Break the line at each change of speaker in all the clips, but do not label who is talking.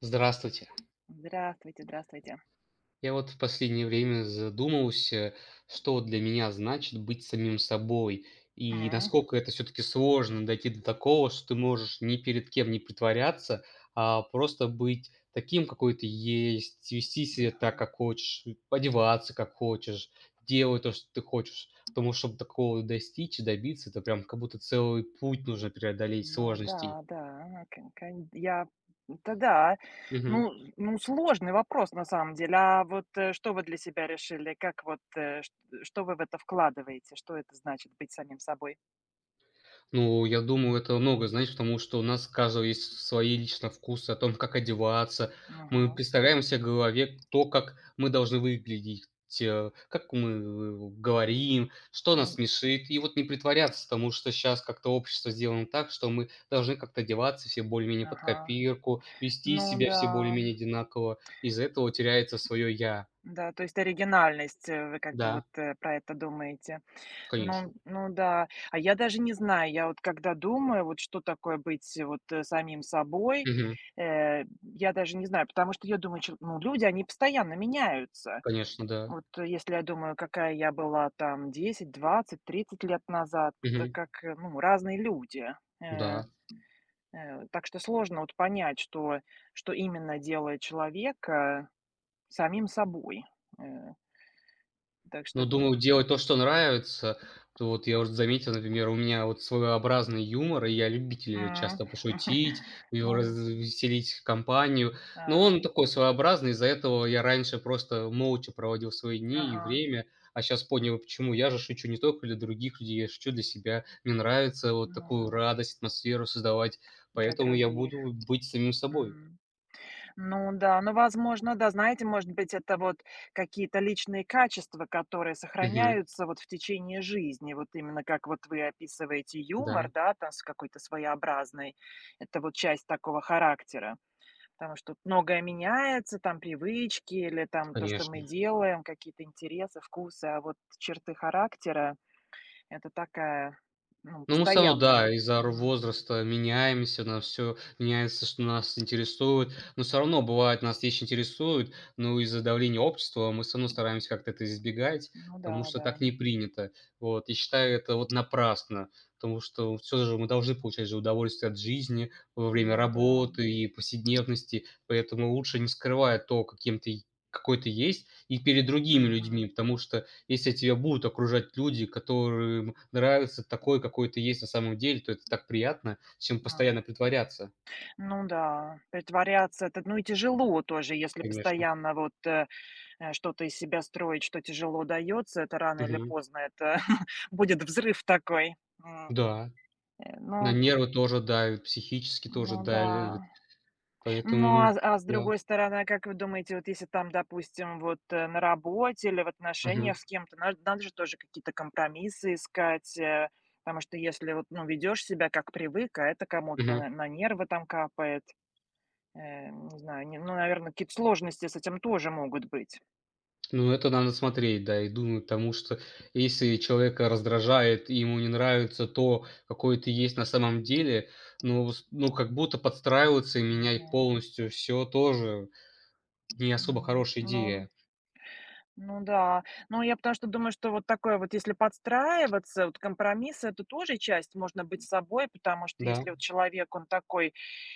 Здравствуйте.
Здравствуйте, здравствуйте.
Я вот в последнее время задумался, что для меня значит быть самим собой, и
М,
насколько это все-таки сложно дойти до такого, что ты можешь ни перед кем не притворяться, а просто быть таким, какой ты есть, вести себя так,
мгм.
как хочешь, и одеваться, как хочешь, делать то, что ты хочешь. Потому что чтобы такого достичь и добиться, это прям как будто целый путь нужно преодолеть
Ну да,
сложностей.
да, кон кон я это да.
Мгм.
Ну ну, сложный вопрос на самом деле. А вот, что вы для себя решили? Как вот, э, чт что вы в это вкладываете? Что это значит быть самим собой?
Ну, я думаю, это много, знаешь, потому что у нас у каждого есть свои лично вкусы о том, как одеваться. Мы
Мгм.
представляем себе в голове то, как мы должны выглядеть, как мы говорим, что нас
Ну
смешит. И вот не притворяться, потому что сейчас как-то общество сделано так, что мы должны как-то одеваться все более-менее под
ага.
копирку, вести
Ну
себя
да,
все более-менее одинаково. Из-за этого теряется свое «я».
да, то есть оригинальность, вы как бы вот,
Да,
про это думаете. Ну
конечно.
ну да. А я даже не знаю, я вот когда думаю, вот что такое быть вот, самим собой,
Мгм.
я даже не знаю, потому что я думаю, чё ну, люди, они постоянно меняются.
Конечно, да.
Вот если я думаю, какая я была там 10, 20, 30 лет назад, это
Мгм.
как, ну, разные люди. Э,
Да.
так что сложно вот понять, что именно делает человека самим собой. Э, так что,
Ну,
ну,
думаю, делать то, что нравится. То вот я уже заметил, например, у меня вот своеобразный юмор, и я любитель
м.
часто пошутить, и
Ну,
развеселить компанию. Но
а,
он такой своеобразный, из-за этого я раньше просто молча проводил свои дни и
ага.
время, а сейчас понял, почему. Я же шучу не только для других людей, я шучу для себя. Мне нравится вот
Ну,
такую радость, атмосферу создавать,
для
поэтому я
других.
буду быть самим собой.
М. Ну да, ну, возможно, да, знаете, может быть, это вот какие-то личные качества, которые
Мгм.
сохраняются вот в течение жизни. Вот именно как вот вы описываете юмор,
Да,
да, там с какой-то своеобразной, это вот часть такого характера. Потому что многое меняется, там привычки или там то, что мы
конечно.
делаем, какие-то интересы, вкусы, а вот черты характера — это такая, ну,
Ну, мы всё равно,
постоянная.
да, из-за р
М.
возраста меняемся, на все меняется, что нас интересует. Но все равно бывает, нас вещи интересуют, но из-за давления общества мы всё равно стараемся как-то это избегать,
Ну
потому
да,
что
да,
так не принято. Вот, я считаю, это вот напрасно, потому что все же мы должны получать же удовольствие от жизни во время
ну да.
работы и повседневности, поэтому лучше не скрывать то, каким ты какой ты есть, и перед другими людьми,
Мгм.
потому что если тебя будут окружать люди, которым нравится такой, какой ты есть на самом деле, то это так приятно, чем
А.
постоянно притворяться,
Ну да, притворяться — это, ну, и тяжело тоже, если
конечно.
постоянно вот, что-то из себя строить, что тяжело даётся, это рано или
Мгм.
поздно это будет взрыв такой. М,
Да, на
ну
нервы тоже давит, психически тоже
ну да.
давит,
Ну,
поэтому
а с
да.
другой стороны, как вы думаете, вот если там, допустим, вот, на работе или в отношениях
Мгм.
с кем-то, надо же тоже какие-то компромиссы искать, потому что если вот, ну, ведёшь себя как привык, а это кому-то
Мгм.
на нервы там капает. Не знаю, не ну, наверное, какие-то сложности с этим тоже могут быть.
Ну, это надо смотреть, да, и думать, потому что если человека раздражает и ему не нравится то, какой ты есть на самом деле, ну с ну, как будто подстраиваться и менять
Мгм.
полностью все тоже не особо
Ну
хорошая
ну
идея.
ну да. Ну, я потому что думаю, что вот такое вот, если подстраиваться, вот компромисс — это тоже часть. Можно быть собой, потому что
Да.
если вот человек, он такой,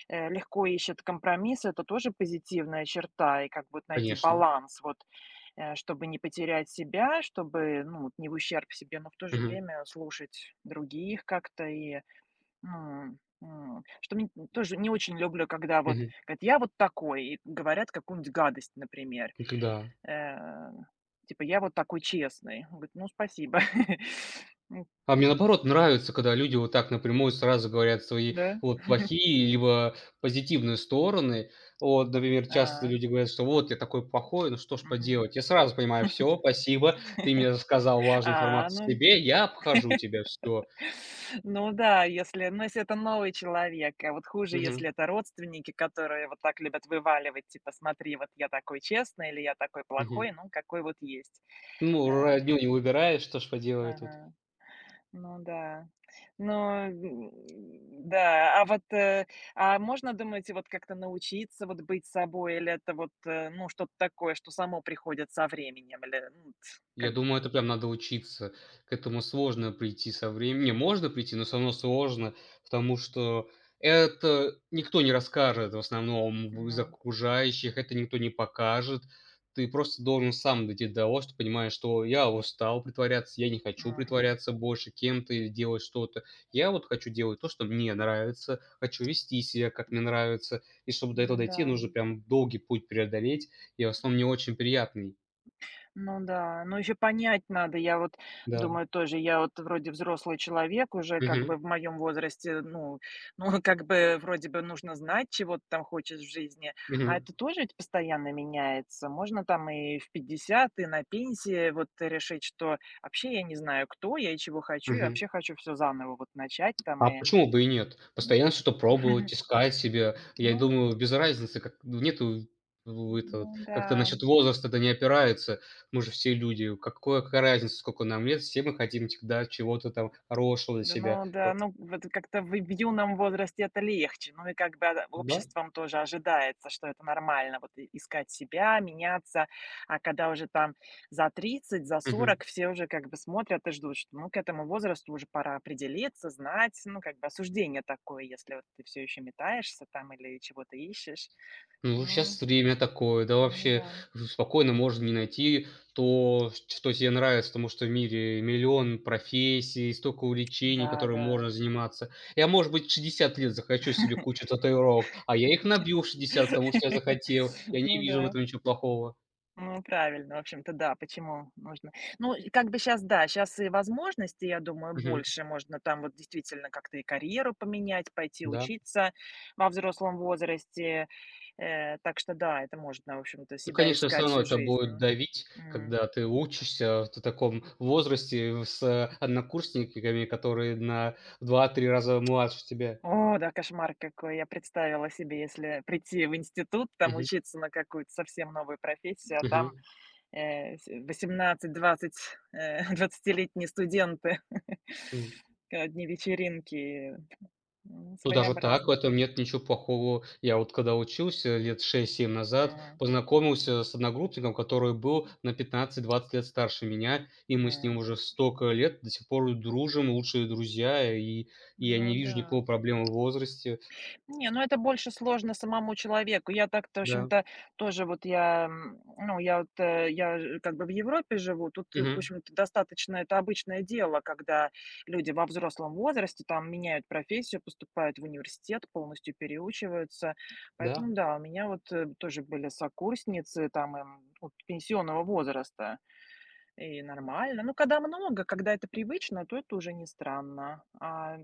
легко ищет компромиссы, это тоже позитивная черта. И как бы вот найти
Конечно.
баланс, вот, чтобы не потерять себя, чтобы, ну, вот не в ущерб себе, но в то же
Мгм.
время слушать других как-то и, М, м. Что мне тоже не очень люблю, когда вот
Мгм.
говорят: "Я вот такой", и говорят какую-нибудь гадость, например.
Это да.
Э, типа: "Я вот такой честный". Он говорит: "Ну, спасибо". М,
А мне, наоборот, нравится, когда люди вот так напрямую сразу говорят свои
да?
вот плохие либо позитивные стороны. Вот, например, часто
А,
люди говорят, что: "Вот я такой плохой, ну что ж
мгм.
поделать". Я сразу понимаю: все. Спасибо, ты мне рассказал важную
А,
информацию о
ну
себе, я обхожу тебя, все.
ну да, если ну, если это новый человек, а вот хуже, если это родственники, которые вот так любят вываливать, типа: "Смотри, вот я такой честный" или "Я такой плохой", ну, какой вот есть.
Ну,
Э,
родню не выбираешь, что ж поделать тут.
ага. Ну да. Но, м, да, а вот, а можно, думаете, вот как-то научиться вот быть собой, или это вот, ну, что-то такое, что само приходит со временем, или, ну, т
Я
как бы,
думаю, это прям надо учиться. К этому сложно прийти со временем. Не, можно прийти, но всё равно сложно, потому что это никто не расскажет в основном из
ну,
окружающих, это никто не покажет. Ты просто должен сам дойти до того, что понимаешь, что я устал притворяться, я не хочу
мгм.
притворяться больше кем-то или делать что-то. Я вот хочу делать то, что мне нравится, хочу вести себя, как мне нравится. И чтобы до этого
Ну
дойти,
да.
нужно прям долгий путь преодолеть и в основном не очень приятный.
Ну да, ну еще понять надо. Я вот
Да.
думаю тоже, я вот вроде взрослый человек уже как бы
Мгм.
в моем возрасте, ну, ну как бы вроде бы нужно знать, чего ты там хочешь в жизни, а
Мгм,
это тоже ведь постоянно меняется. Можно там и в 50 и на пенсии вот решить, что вообще я не знаю, кто я и чего хочу, и
мгм.
вообще хочу все заново вот начать там
А
и,
почему бы и нет? Постоянно
ну,
что-то пробовать, искать себе. Я
ну,
думаю, без разницы, как ну, нету в это вот
ну
как-то
да.
насчет возраста это не опирается. Мы же все люди. Какое Какая разница, сколько нам лет? Все мы хотим всегда чего-то там хорошего для
Да,
себя.
ну
Э,
да, ну вот как-то в юном возрасте это легче. Ну и как бы, а,
да?
обществом тоже ожидается, что это нормально, вот и искать себя, меняться. А когда уже там за 30, за
Мгм.
сорок все уже как бы смотрят и ждут, что, ну, к этому возрасту уже пора определиться, знать. Ну, как бы осуждение такое, если вот ты все еще метаешься там или чего-то ищешь.
Ну,
Ну
сейчас время такое, да
ну
вообще
да.
спокойно можно не найти то, что тебе нравится, потому что в мире миллион профессий, столько увлечений,
Да,
которыми
да.
можно заниматься. Я, может быть, в 60 лет захочу себе кучу татуировок, а я их набью в 60, потому что я захотел. Я не
Ну
вижу в
да.
этом ничего плохого.
Ну, правильно, в общем-то, да, почему нужно. Ну, и как бы сейчас, да, сейчас и возможности я думаю,
Мгм.
больше. Можно там вот действительно как-то и карьеру поменять, пойти
Да.
учиться во взрослом возрасте. Так что да, это можно, в общем-то,
Ну,
себя
конечно, все
искать
равно
всю
это
жизнь.
будет давить,
М.
когда ты учишься в таком возрасте с однокурсниками, которые на 2-3 раза младше тебя.
О, да, кошмар какой. Я представила себе, если прийти в институт, там
Мгм.
учиться на какую-то совсем новую профессию, а там
Мгм.
С 18-20, двадцатилетние студенты.
М.
Одни вечеринки. Ну,
Ну, даже так, в
своеобразно.
этом нет ничего плохого. Я вот когда учился лет 6-7 назад,
М,
познакомился с одногруппником, который был на 15-20 лет старше меня, и мы с ним
м.
уже столько лет до сих пор дружим, лучшие друзья, и я
Ну
не
да.
вижу никакого проблемы в возрасте.
Не, ну это больше сложно самому человеку. Я так-то, в
Да.
общем-то, тоже вот я, м, ну, я вот, я ж как бы в Европе живу, тут, в
Мгм.
общем-то, достаточно это обычное дело, когда люди во взрослом возрасте там меняют профессию, поступают в университет, полностью переучиваются.
Да.
Поэтому да, у меня вот тоже были сокурсницы там им, вот пенсионного возраста. И нормально. Ну, когда много, когда это привычно, то это уже не странно. А,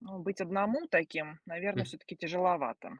ну, быть одному таким, наверное, все-таки тяжеловато.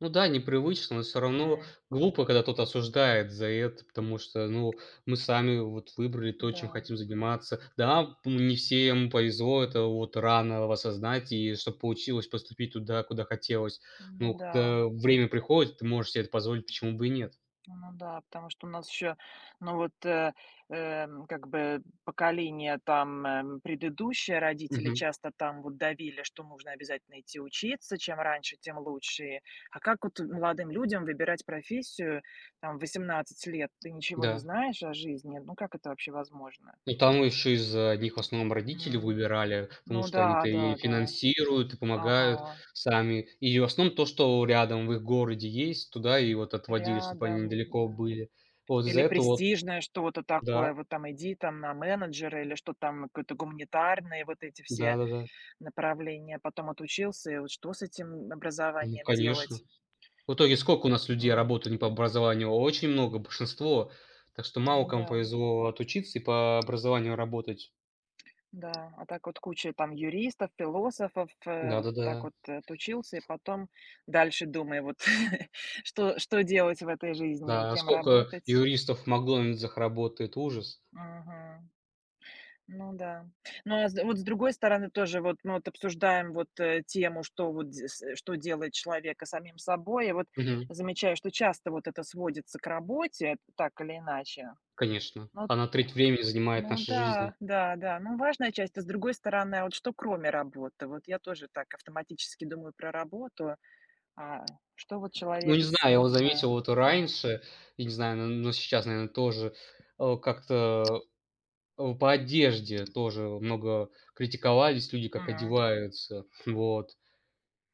Ну да, непривычно, но все равно
М,
глупо, когда кто-то осуждает за это, потому что, ну, мы сами вот выбрали то, чем
Да,
хотим заниматься. Да, не всем повезло, это вот рано осознать, и чтобы получилось поступить туда, куда хотелось.
ну
Ну,
да,
когда время приходит, ты можешь себе это позволить, почему бы и нет.
ну да, потому что у нас еще, ну вот, как бы поколение там предыдущее, родители
Мгм.
часто там вот давили, что нужно обязательно идти учиться, чем раньше, тем лучше. И- А как вот молодым людям выбирать профессию, там, в 18 лет ты ничего не
Да.
знаешь о жизни, ну как это вообще возможно?
Ну, там еще из одних в основном родители
М.
выбирали, потому
Ну
что они-то
да,
и
да, да.
финансируют, и помогают
Ага.
сами. И в основном то, что рядом в их городе есть, туда и вот отводили, чтобы они
Рядом,
недалеко
да.
были. Вот из-за
Или
этого вот.
престижное что-то такое,
Да,
вот там иди там на менеджера или что там, какое-то гуманитарные вот эти все
да-да-да.
направления. Потом отучился, и вот что с этим
Ну,
образованием
конечно.
делать?
В итоге сколько у нас людей
М.
работают не по образованию? Очень много, большинство. Так что мало
Ну
кому
да,
повезло отучиться и по образованию работать.
да. А так вот куча там юристов, философов, вот
Да-да-да. Да,
так
да.
вот отучился, и потом дальше думай, вот что делать в этой жизни и
Да, а
кем
сколько
работать.
юристов в "Макдональдсах" работает, ужас.
Мгм. Ну да. Ну, а с вот с другой стороны тоже вот мы вот обсуждаем вот, тему, что вот что делает человека самим собой. И вот замечаю, что часто вот это сводится к работе, так или иначе.
Конечно,
Ну вот,
она треть времени занимает
ну
нашей
да,
жизни.
да, да. Ну, важная часть. А с другой стороны, а вот что кроме работы? Вот я тоже так автоматически думаю про работу. А что вот
Ну,
человек
не знаю,
из
я его
Не
заметил
знаю.
вот
А,
раньше, я не знаю, но сейчас, наверное тоже, как-то, по одежде тоже много критиковались люди, как
м.
одеваются. Вот.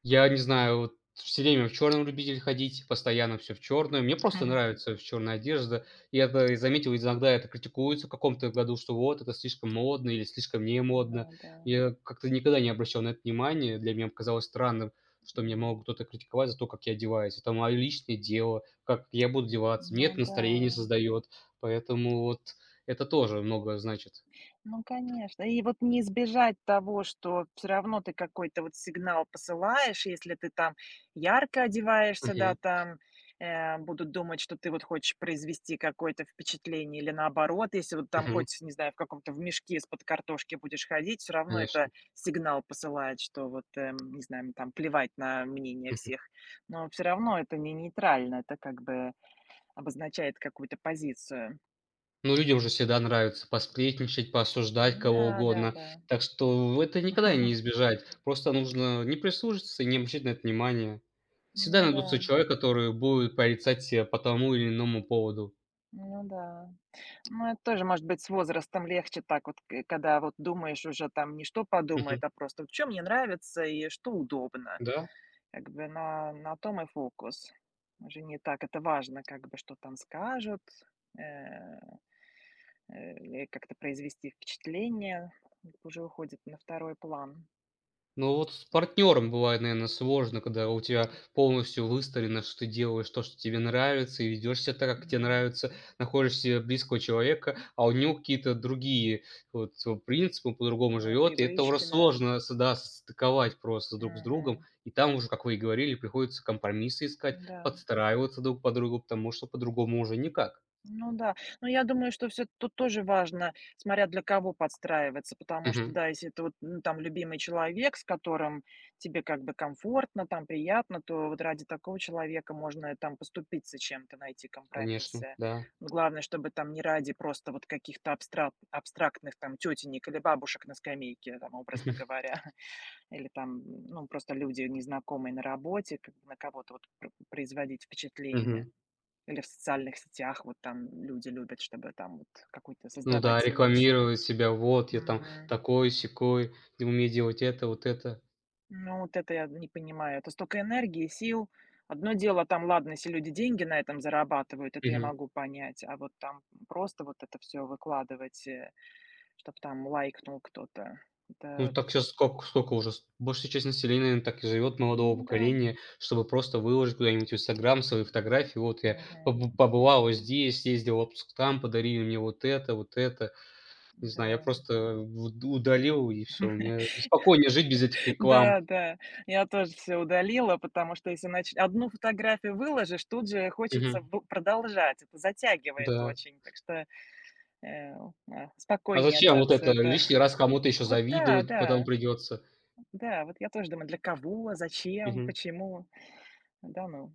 Я не знаю, вот все время в черном любитель ходить, постоянно все в черное. Мне просто нравится в черная одежда. Я это и заметил, иногда это критикуется в каком-то году, что вот это слишком модно или слишком не модно.
Ну да,
Я как-то никогда не обращал на это внимания. Для меня показалось странным, что меня
м.
мог кто-то критиковать за то, как я одеваюсь. Это мое личное дело, как я буду одеваться. Мне
Ну
это
да.
настроение создает, поэтому вот это тоже много значит.
Ну, конечно. И вот не избежать того, что все равно ты какой-то вот сигнал посылаешь, если ты там ярко одеваешься, да,
Мгм,
там, будут думать, что ты вот хочешь произвести какое-то впечатление, или наоборот, если вот там
мгм,
хоть, не знаю, в каком-то в мешке из-под картошки будешь ходить, все равно это
конечно.
сигнал посылает, что вот, не знаю, там плевать на мнение всех. Но все равно это не нейтрально, это как бы обозначает какую-то позицию.
Ну, людям же всегда нравится посплетничать,
Ну
поосуждать кого
да, да,
угодно.
да.
Так что это никогда не избежать. Просто нужно не прислушаться и не обращать на это внимание. Всегда
Ну
найдутся
да.
человек, который будет порицать тебя по тому или иному поводу.
Ну да. Ну, это тоже, может быть, с возрастом легче так вот, к когда вот думаешь уже там не что подумает,
Мгм.
а просто вот чё мне нравится и что удобно.
Да.
Как бы на том и фокус. Уже не так это важно, как бы что там скажут, э, или как-то произвести впечатление. Это уже уходит на второй план.
Ну вот с партнером бывает, наверное, сложно, когда у тебя полностью выстроено, что ты делаешь то, что тебе нравится, и ведешь себя так, как тебе
М.
нравится, находишь себе близкого человека, а у него какие-то другие вот принципы, по-другому
А, и
живет, и это уже
привычки, да.
сложно, да, состыковать просто друг с другом,
Мгм.
и там уже, как вы и говорили, приходится компромиссы искать,
Да.
подстраиваться друг под другу, потому что по-другому уже никак.
Ну да. Но я думаю, что все тут тоже важно, смотря для кого подстраиваться, потому что,
Мгм.
да, если это вот, ну, там любимый человек, с которым тебе как бы комфортно, там приятно, то вот ради такого человека можно там поступиться чем-то, найти
Конечно,
компромиссы.
да.
Но главное, чтобы там не ради просто вот каких-то абстрактных там тетенек или бабушек на скамейке, там, образно говоря, или там, ну, просто люди незнакомые на работе, как бы на кого-то вот пр производить впечатление.
Мгм.
Или в социальных сетях вот там люди любят, чтобы там вот какой-то
Ну да,
создавать имидж.
рекламировать себя: "Вот я там
Мгм.
такой-сякой, и умею делать это, вот это".
Ну, вот это я не понимаю. Это столько энергии, сил. Одно дело там, ладно, если люди деньги на этом зарабатывают, это я
Мгм.
могу понять, а вот там просто вот это все выкладывать, чтобы там лайкнул кто-то.
Ну
Это,
так сейчас сколько уже с большая часть населения, наверно, так и живет, молодого
ну да,
поколения, чтобы просто выложить куда-нибудь в "Инстаграм" свои фотографии: "Вот я
Мгм.
побывала здесь, съездила в отпуск там, подарили мне вот это, вот это". Не знаю, я
Да.
просто уд удалил и все. Мне спокойнее жить без этих реклам.
Да, да, я тоже все удалила, потому что если нач одну фотографию выложишь, тут же хочется
Мгм.
б продолжать. Это затягивает
Да.
очень, так что, э, а,
А
спокойнее,
зачем
да,
вот
все
это
это.
лишний раз кому-то еще
Вот да,
завидовать потом
да,
придется?
да, вот я тоже думаю: для кого, зачем, почему? Да ну.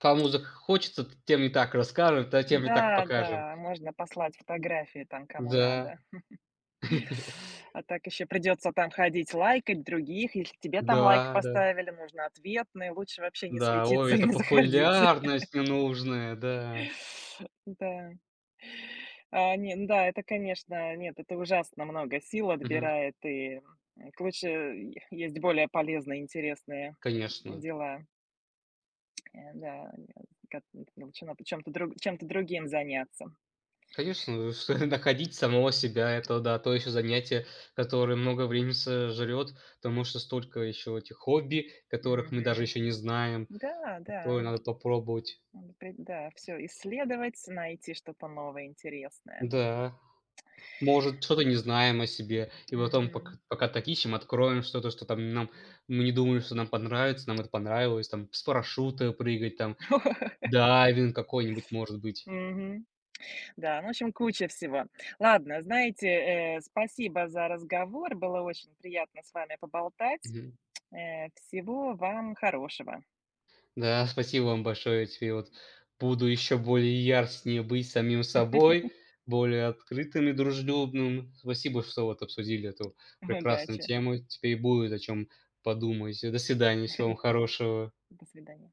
Кому захочется, т тем и так расскажем, та тем и так
Да,
покажем.
да, можно послать фотографии там кому
Да.
надо. А так еще придется там ходить лайкать других. Если тебе там лайк
Да, да.
поставили, нужно ответный. Лучше вообще не
Да, ой,
светиться и
это
не заходить.
популярность ненужная, да.
Да. А, не, ну да, это, конечно, нет, это ужасно много сил
Мгм.
отбирает, и, м, к лучше е есть более полезные, интересные
Конечно.
дела. Да, я как должна чем-то другим заняться.
Конечно, что находить самого себя- это да, то еще занятие, которое много времени с Потому что столько еще этих хобби, которых мы даже
Мгм.
еще не знаем,
Да,
которые
да,
надо попробовать.
м, пре да, все, исследовать, найти что-то новое, интересное.
Да. Может, что-то не знаем о себе, и потом, пока
Мгм.
пока так ищем, откроем что-то, что там нам мы не думали, что нам понравится, нам это понравилось, там с парашюта прыгать, там дайвинг какой-нибудь, может быть.
Мгм. Да, ну, в общем, куча всего. Ладно, знаете, спасибо за разговор. Было очень приятно с вами поболтать.
Мгм.
Всего вам хорошего.
Да, спасибо вам большое. Я теперь вот буду еще более яростнее быть самим собой, более открытым и дружелюбным. Спасибо, что вот обсудили эту прекрасную
Удачи.
тему. Теперь будет о чем подумать. До свидания, всего вам хорошего.
До свидания.